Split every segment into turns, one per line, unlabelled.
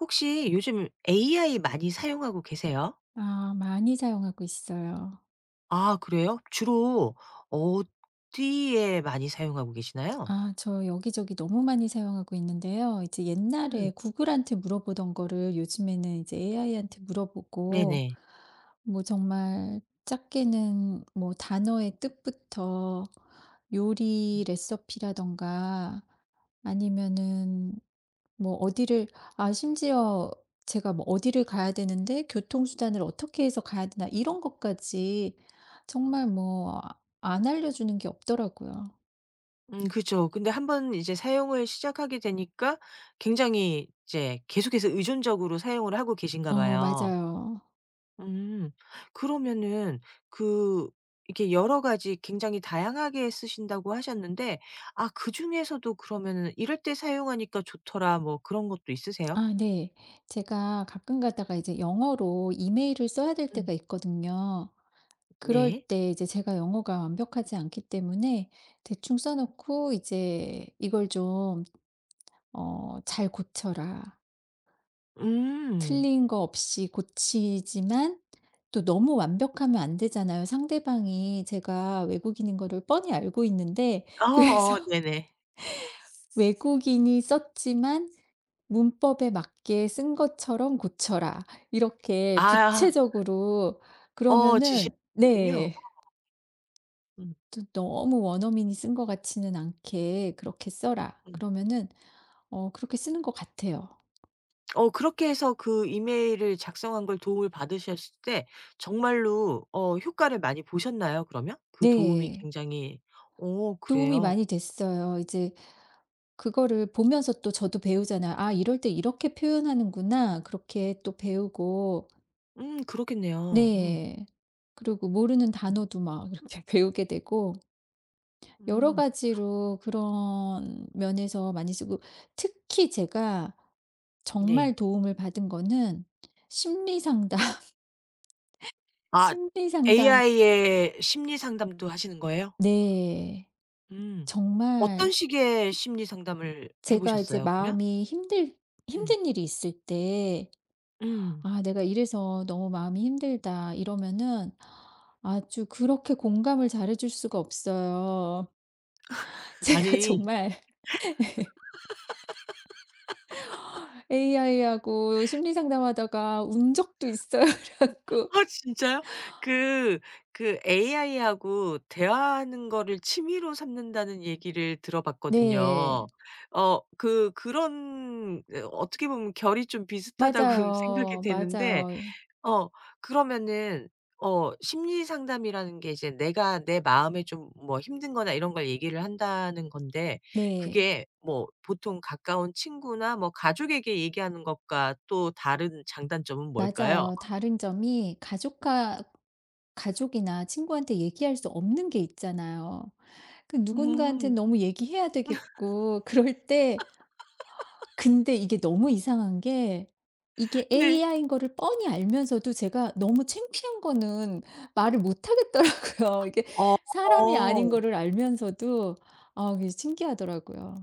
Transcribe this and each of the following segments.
혹시 요즘 AI 많이 사용하고 계세요?
아 많이 사용하고 있어요.
아 그래요? 주로 어디에 많이 사용하고 계시나요?
아 저 여기저기 너무 많이 사용하고 있는데요. 이제
음.
옛날에 구글한테 물어보던 거를 요즘에는 이제 AI한테 물어보고
네네.
뭐 정말 작게는 뭐 단어의 뜻부터, 요리 레시피라던가 아니면은 뭐 어디를, 아 심지어 제가 뭐 어디를 가야 되는데 교통수단을 어떻게 해서 가야 되나 이런 것까지, 정말 뭐 안 알려주는 게 없더라고요.
그죠. 근데 한번 이제 사용을 시작하게 되니까 굉장히 이제 계속해서 의존적으로 사용을 하고 계신가
어
봐요.
맞아요.
음. 그러면은 그 이렇게 여러 가지 굉장히 다양하게 쓰신다고 하셨는데 아 그중에서도 그러면은 '이럴 때 사용하니까 좋더라.' 뭐 그런 것도 있으세요?
아 네. 제가 가끔 가다가 이제 영어로 이메일을 써야 될
음.
때가 있거든요. 그럴
네.
때 이제 제가 영어가 완벽하지 않기 때문에 대충 써 놓고 이제 "이걸 좀 어 잘 고쳐라."
음.
틀린 거 없이 고치지만 또 너무 완벽하면 안 되잖아요. 상대방이 제가 외국인인 거를 뻔히 알고 있는데. 그래서
어어 네네.
외국인이 썼지만 문법에 맞게 쓴 것처럼 고쳐라. 이렇게
아
구체적으로
어 지시
그러면은
는군요
네.
음.
또 너무 원어민이 쓴 것 같지는 않게 그렇게 써라.
음.
그러면은 어 그렇게 쓰는 것 같아요.
그렇게 해서 그 이메일을 작성한 걸 도움을 받으셨을 때 정말로 효과를 많이 보셨나요 그러면? 그 도움이
네.
굉장히. 어
도움이
그래요?
많이 됐어요. 이제 그거를 보면서 또 저도 배우잖아요. '아 이럴 때 이렇게 표현하는구나.' 그렇게 또 배우고
그렇겠네요. 음.
네. 그리고 모르는
음.
단어도 막 이렇게 배우게 되고, 여러
음.
가지로 그런 면에서 많이 쓰고 특히 제가
네.
정말 도움을 받은 거는 심리 상담.
아
심리 상담
AI의 심리 상담도 하시는 거예요?
네.
음. 어떤
정말
식의 심리 상담을 해
제가 이제
보셨어요 그러면?
마음이 힘들
음.
힘든 일이 있을 때
음.
'아 내가 이래서 너무 마음이 힘들다.' 이러면은 아주 그렇게 공감을 잘해 줄 수가 없어요. 제가
아니.
정말 AI하고 심리 상담하다가 운 적도 있어요. 그래 갖고
아 진짜요? 그 그 AI하고 대화하는 거를 취미로 삼는다는 얘기를
네.
들어봤거든요. 어 그 그런 어떻게 보면 결이 좀 비슷하다고 생각이
맞아요.
되는데
맞아요.
어 그러면은 심리 상담이라는 게 이제 내가 내 마음에 좀 뭐 힘든 거나 이런 걸 얘기를 한다는 건데
네.
그게 뭐 보통 가까운 친구나 뭐 가족에게 얘기하는 것과 또 다른 장단점은 뭘까요?
맞아요. 다른 점이 가족과 가족이나 친구한테 얘기할 수 없는 게 있잖아요. 그 누군가한테
음.
너무 얘기해야 되겠고 그럴 때, 근데 이게 너무 이상한 게, 이게
네.
AI인 거를 뻔히 알면서도 제가 너무 창피한 거는 말을 못 하겠더라고요. 이게
어.
사람이 아닌 거를 알면서도, 아 이게 신기하더라고요.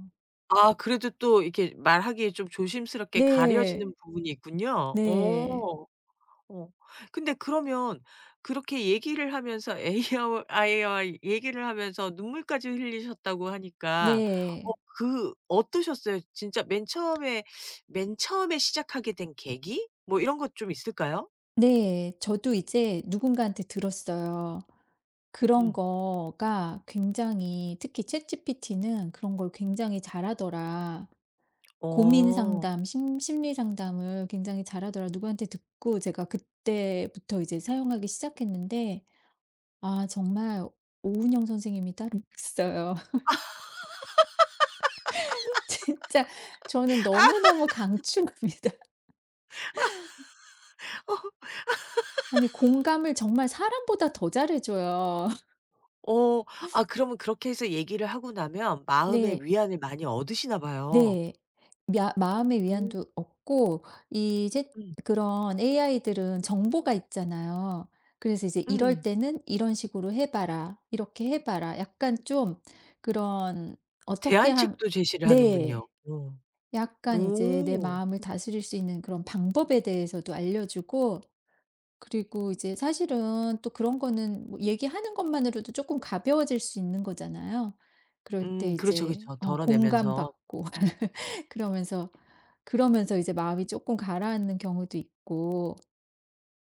아 그래도 또 이렇게 말하기에 좀 조심스럽게
네.
가려지는 부분이 있군요.
네.
어. 어. 근데 그러면 그렇게 얘기를 하면서 AI와 아이와 얘기를 하면서 눈물까지 흘리셨다고 하니까
네.
그 어떠셨어요? 진짜 맨 처음에. 맨 처음에 시작하게 된 계기? 뭐 이런 것 좀 있을까요?
네. 저도 이제 누군가한테 들었어요. 그런
음.
거가 굉장히, 특히 ChatGPT는 그런 걸 굉장히 잘하더라. 고민
어.
상담, 심 심리 상담을 굉장히 잘하더라 누구한테 듣고 제가 그때부터 이제 사용하기 시작했는데, 아 정말 오은영 선생님이 따로 있어요. 진짜 저는 너무너무 강추합니다. 아니 공감을 정말 사람보다 더 잘해 줘요.
어. 아 그러면 그렇게 해서 얘기를 하고 나면 마음의
네.
위안을 많이 얻으시나 봐요.
네. 야 마음의
음.
위안도 얻고 이제,
음.
그런 AI들은 정보가 있잖아요. 그래서 이제 이럴
음.
때는 "이런 식으로 해 봐라. 이렇게 해 봐라." 약간 좀 그런 어떻게 함.
대안책도 제시를 하는군요.
네.
어.
약간 이제 내
오.
마음을 다스릴 수 있는 그런 방법에 대해서도 알려 주고, 그리고 이제 사실은 또 그런 거는 뭐 얘기하는 것만으로도 조금 가벼워질 수 있는 거잖아요. 그럴 때
그렇죠,
이제
그렇죠.
어
덜어내면서.
공감받고 그러면서 이제 마음이 조금 가라앉는 경우도 있고.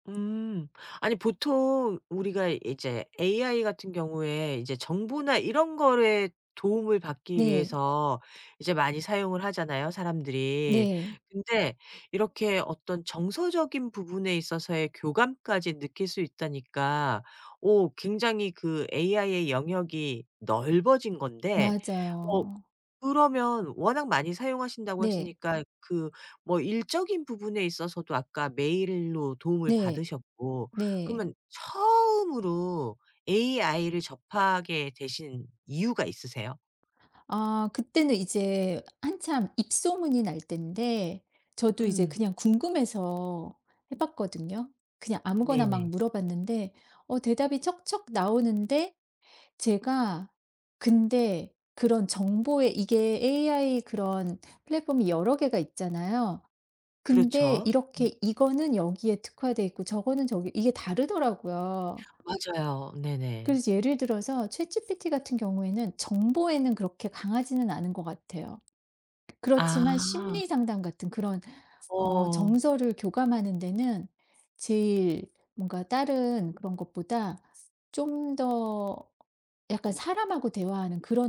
음. 아니 보통 우리가 이제 AI 같은 경우에 이제 정보나 이런 거에 도움을 받기
네.
위해서 이제 많이 사용을 하잖아요, 사람들이.
네.
근데 이렇게 어떤 정서적인 부분에 있어서의 교감까지 느낄 수 있다니까 오 굉장히 그 AI의 영역이 넓어진 건데 어
맞아요.
그러면 워낙 많이 사용하신다고
네.
했으니까 그. 뭐 일적인 부분에 있어서도 아까 메일로 도움을
네.
받으셨고
네.
그러면 처음으로 AI를 접하게 되신 이유가 있으세요?
아 그때는 이제 한참 입소문이 날 때인데 저도 이제
음.
그냥 궁금해서 해 봤거든요. 그냥 아무거나 막
네네.
물어봤는데 어 대답이 척척 나오는데, 제가 근데 그런 정보에, 이게 AI 그런 플랫폼이 여러 개가 있잖아요. 근데
그렇죠.
이렇게 이거는 여기에 특화돼 있고 저거는 저기 이게 다르더라고요.
맞아요. 네네.
그래서 예를 들어서 챗 GPT 같은 경우에는 정보에는 그렇게 강하지는 않은 것 같아요. 그렇지만
아.
심리 상담 같은 그런 어
어.
정서를 교감하는 데는 제일 뭔가 다른 그런 것보다 좀 더 약간 사람하고 대화하는 그런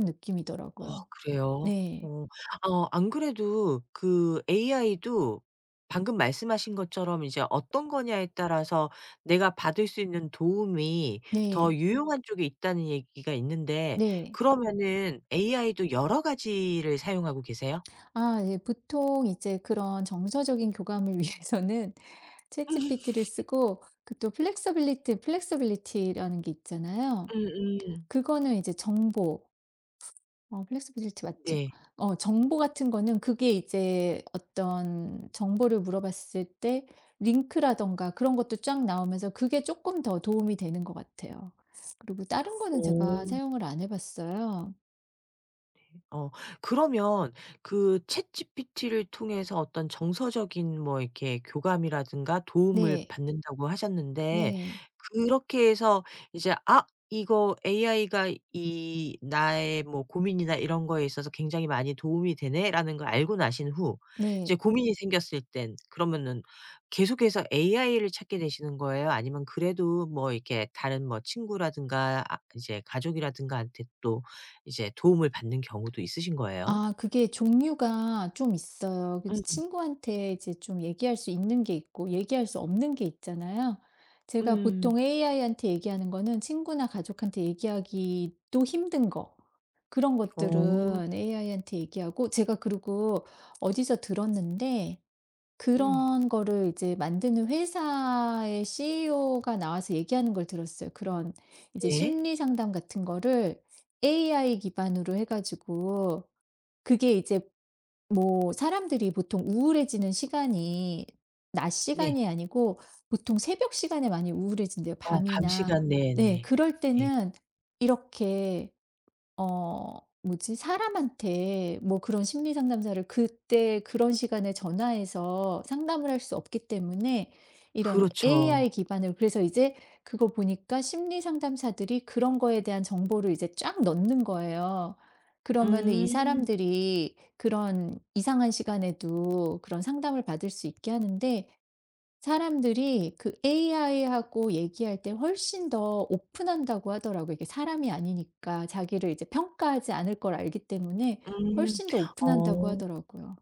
어
느낌이더라고요.
그래요?
네.
어. 어 안 그래도 그 AI도 방금 말씀하신 것처럼 이제 어떤 거냐에 따라서 내가 받을 수 있는 도움이 더
네.
유용한 쪽에 있다는 얘기가 있는데
네.
그러면은 AI도 여러 가지를 사용하고 계세요?
아 예 보통 이제 그런 정서적인 교감을 위해서는 챗GPT를 쓰고 그 또 플렉서빌리티라는 게 있잖아요.
음음.
그거는 이제 정보, 어 플렉스빌리티 맞죠.
네.
어 정보 같은 거는 그게 이제 어떤 정보를 물어봤을 때 링크라든가 그런 것도 쫙 나오면서 그게 조금 더 도움이 되는 것 같아요. 그리고 다른 거는 제가
어.
사용을 안 해 봤어요.
어 그러면 그 챗GPT를 통해서 어떤 정서적인 뭐 이렇게 교감이라든가 도움을
네.
받는다고 하셨는데
네.
그렇게 해서 이제 '아 이거 AI가 이 나의 뭐 고민이나 이런 거에 있어서 굉장히 많이 도움이 되네.'라는 걸 알고 나신 후 이제
네.
고민이 생겼을 땐 그러면은 계속해서 AI를 찾게 되시는 거예요? 아니면 그래도 뭐 이렇게 다른 뭐 친구라든가 아 이제 가족이라든가 한테 또 이제 도움을 받는 경우도 있으신 거예요?
아 그게 종류가 좀 있어요. 그
음.
친구한테 이제 좀 얘기할 수 있는 게 있고 얘기할 수 없는 게 있잖아요. 제가
음.
보통 AI한테 얘기하는 거는 친구나 가족한테 얘기하기도 힘든 거, 그런
어.
것들은 AI한테 얘기하고 제가, 그리고 어디서 들었는데,
음.
그런 거를 이제 만드는 회사의 CEO가 나와서 얘기하는 걸 들었어요. 그런 이제
네.
심리 상담 같은 거를 AI 기반으로 해가지고 그게 이제, 뭐 사람들이 보통 우울해지는 시간이 낮
네.
시간이 아니고 보통 새벽 시간에 많이 우울해진대요
어 밤
밤이나.
시간
네
네네.
그럴
네.
때는 이렇게 어 뭐지? 사람한테 뭐 그런 심리 상담사를 그때 그런 시간에 전화해서 상담을 할 수 없기 때문에 이런
그렇죠.
AI 기반으로, 그래서 이제 그거 보니까 심리 상담사들이 그런 거에 대한 정보를 이제 쫙 넣는 거예요. 그러면은 이
음.
사람들이 그런 이상한 시간에도 그런 상담을 받을 수 있게 하는데, 사람들이 그 AI하고 얘기할 때 훨씬 더 오픈한다고 하더라고요. 이게 사람이 아니니까 자기를 이제 평가하지 않을 걸 알기 때문에
음.
훨씬 더 오픈한다고
어.
하더라고요.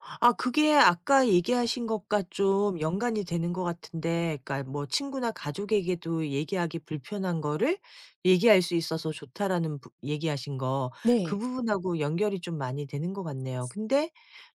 아 그게 아까 얘기하신 것과 좀 연관이 되는 것 같은데 그러니까 뭐 친구나 가족에게도 얘기하기 불편한 거를 얘기할 수 있어서 좋다라는 부 얘기하신 거 그
네.
부분하고 연결이 좀 많이 되는 것 같네요. 근데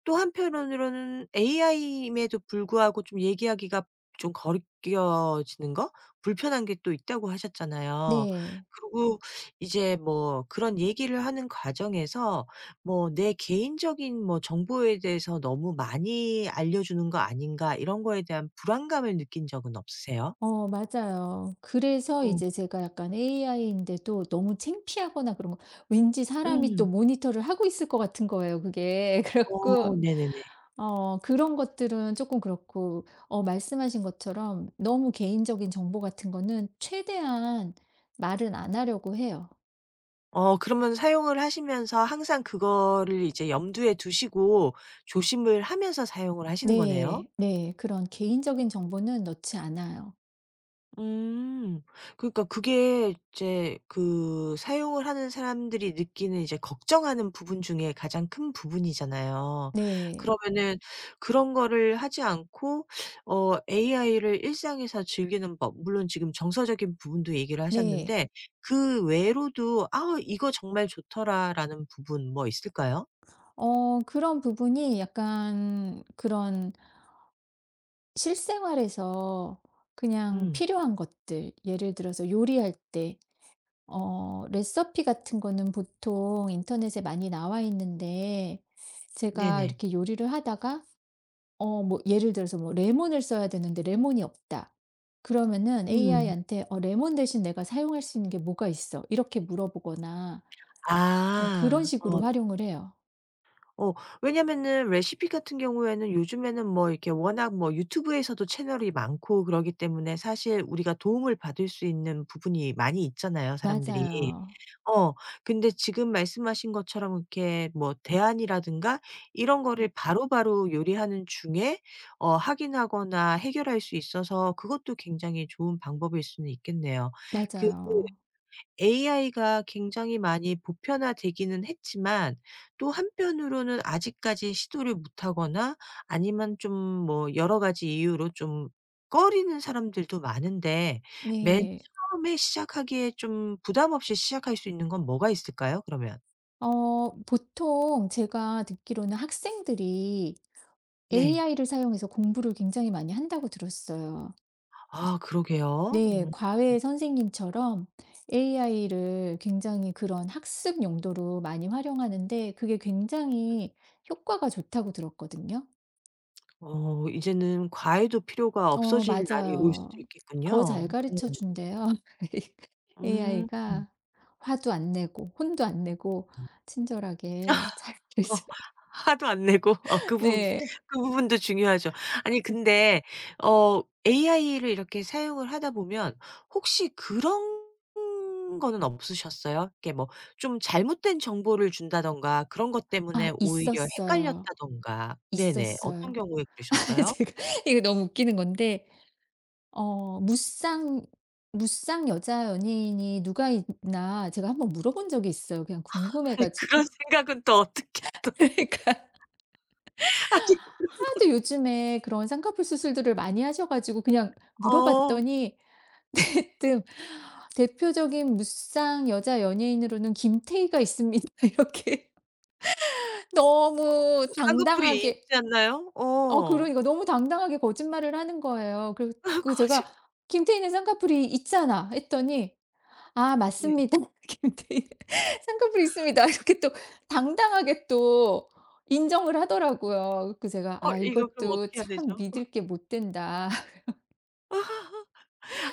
또 한편으로는 AI임에도 불구하고 좀 얘기하기가 좀 거리끼어지는 거? 불편한 게 또 있다고 하셨잖아요.
네.
그리고 이제 뭐 그런 얘기를 하는 과정에서 뭐 '내 개인적인 뭐 정보에 대해서 너무 많이 알려주는 거 아닌가.' 이런 거에 대한 불안감을 느낀 적은 없으세요?
어 맞아요. 그래서
어.
이제 제가 약간 AI인데도 너무 창피하거나 그런 거, 왠지 사람이 또
음.
모니터를 하고 있을 것 같은 거예요 그게. 그래
어
갖고
네네네.
어 그런 것들은 조금 그렇고, 어 말씀하신 것처럼 너무 개인적인 정보 같은 거는 최대한 말은 안 하려고 해요.
그러면 사용을 하시면서 항상 그거를 이제 염두에 두시고 조심을 하면서 사용을 하시는 거네요?
네. 네. 그런 개인적인 정보는 넣지 않아요.
음. 그러니까 그게 이제 그 사용을 하는 사람들이 느끼는 이제 걱정하는 부분 중에 가장 큰 부분이잖아요.
네.
그러면은 그런 거를 하지 않고 어 AI를 일상에서 즐기는 법 물론 지금 정서적인 부분도 얘기를
네.
하셨는데 그 외로도 '아 이거 정말 좋더라.'라는 부분 뭐 있을까요?
어 그런 부분이 약간 그런 실생활에서 그냥
음.
필요한 것들, 예를 들어서 요리할 때 어 레시피 같은 거는 보통 인터넷에 많이 나와 있는데, 제가
네네.
이렇게 요리를 하다가 어 뭐 예를 들어서 뭐 레몬을 써야 되는데 레몬이 없다. 그러면은
음.
AI한테 "어 레몬 대신 내가 사용할 수 있는 게 뭐가 있어?" 이렇게 물어보거나 약간 그런
아.
식으로
어.
활용을 해요.
어 왜냐면은 레시피 같은 경우에는 요즘에는 뭐 이렇게 워낙 뭐 유튜브에서도 채널이 많고 그러기 때문에 사실 우리가 도움을 받을 수 있는 부분이 많이 있잖아요, 사람들이.
맞아요.
어 근데 지금 말씀하신 것처럼 이렇게 뭐 대안이라든가 이런 거를
음.
바로바로 요리하는 중에 확인하거나 해결할 수 있어서 그것도 굉장히 좋은 방법일 수는 있겠네요. 그.
맞아요.
AI가 굉장히 많이 보편화되기는 했지만 또 한편으로는 아직까지 시도를 못하거나 아니면 좀. 뭐 여러 가지 이유로 좀 꺼리는 사람들도 많은데 맨. 네.
네.
처음에 시작하기에 좀 부담 없이 시작할 수 있는 건 뭐가 있을까요 그러면?
어 보통 제가 듣기로는 학생들이
네.
AI를 사용해서 공부를 굉장히 많이 한다고 들었어요.
아 그러게요.
네.
음.
과외 선생님처럼 AI를 굉장히 그런 학습 용도로 많이 활용하는데 그게 굉장히 효과가 좋다고 들었거든요.
이제는 과외도 필요가
어
없어질 날이 올
맞아요.
수도
더
있겠군요.
잘 가르쳐 준대요.
음. 음.
AI가 화도 안 내고 혼도 안 내고 친절하게 잘
어.
가르쳐
화도 안 내고 어 그 부분.
네.
그 부분도 중요하죠. 아니
그
근데 어 AI를 이렇게 사용을 하다 보면 혹시 그런 거는 없으셨어요? 이렇게 뭐 좀 잘못된 정보를 준다든가 그런 것
"아
때문에 오히려
있었어요.
헷갈렸다든가. 네네. 어떤
있었어요."
경우에 그러셨어요?
제가 이거 너무 웃기는 건데, 어 무쌍 여자 연예인이 누가 있나 제가 한번 물어본 적이 있어요, 그냥 궁금해
아니
가지고.
그런 생각은 또 어떻게 또
그러니까.
아니
하도 요즘에 그런 쌍꺼풀 수술들을 많이 하셔 가지고 그냥
어
물어봤더니 대뜸 "대표적인 무쌍 여자 연예인으로는 김태희가 있습니다." 이렇게 너무
쌍꺼풀이
당당하게,
있지 않나요?
어
어.
그러니까 너무 당당하게 거짓말을 하는 거예요. 그리 고
거짓말.
제가 "김태희는 쌍꺼풀이 있잖아." 했더니 아
네.
맞습니다. 김태희 쌍꺼풀 있습니다. 이렇게 또 당당하게 또 인정을 하더라고요. 그 제가
어
'아
이거 그럼
이것도
어떻게 해야
참
되죠?
믿을 게 못 된다.'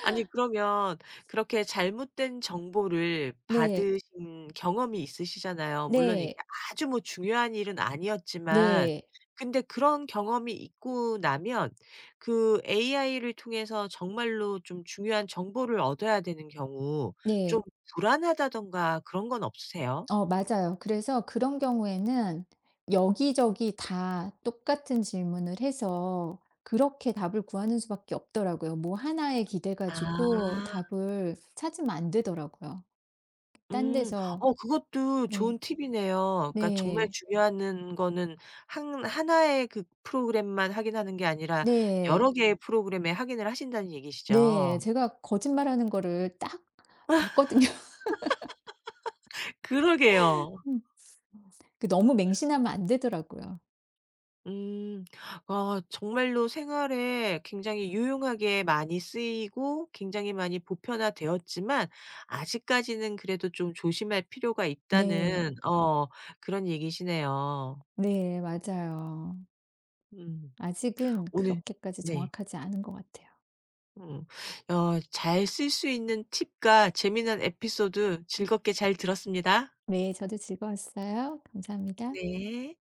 아니 그러면 그렇게 잘못된 정보를
네.
받으신 경험이 있으시잖아요. 물론 이게
네.
아주 뭐 중요한 일은 아니었지만
네.
근데 그런 경험이 있고 나면 그 AI를 통해서 정말로 좀 중요한 정보를 얻어야 되는 경우 좀
네.
불안하다든가 그런 건 없으세요?
어 맞아요. 그래서 그런 경우에는 여기저기 다 똑같은 질문을 해서 그렇게 답을 구하는 수밖에 없더라고요. 뭐 하나에 기대 가지고
아.
답을 찾으면 안 되더라고요. 딴
음.
데서.
어 그것도
네.
좋은 팁이네요. 그러니까 정말
네.
중요한 거는 한 하나의 그 프로그램만 확인하는 게 아니라 여러
네.
개의 프로그램에 확인을 하신다는 얘기시죠?
네. 제가 거짓말하는 거를 딱 봤거든요.
그러게요.
그 너무 맹신하면 안 되더라고요.
음. 아 정말로 생활에 굉장히 유용하게 많이 쓰이고 굉장히 많이 보편화되었지만 아직까지는 그래도 좀 조심할 필요가
네.
있다는 어. 그런 얘기시네요.
네. 맞아요.
음.
아직은
오늘.
그렇게까지
네.
정확하지 않은 것 같아요.
음. 어 잘 쓸 수 있는 팁과 재미난 에피소드
음.
즐겁게 잘 들었습니다.
네. 저도 즐거웠어요. 감사합니다.
네.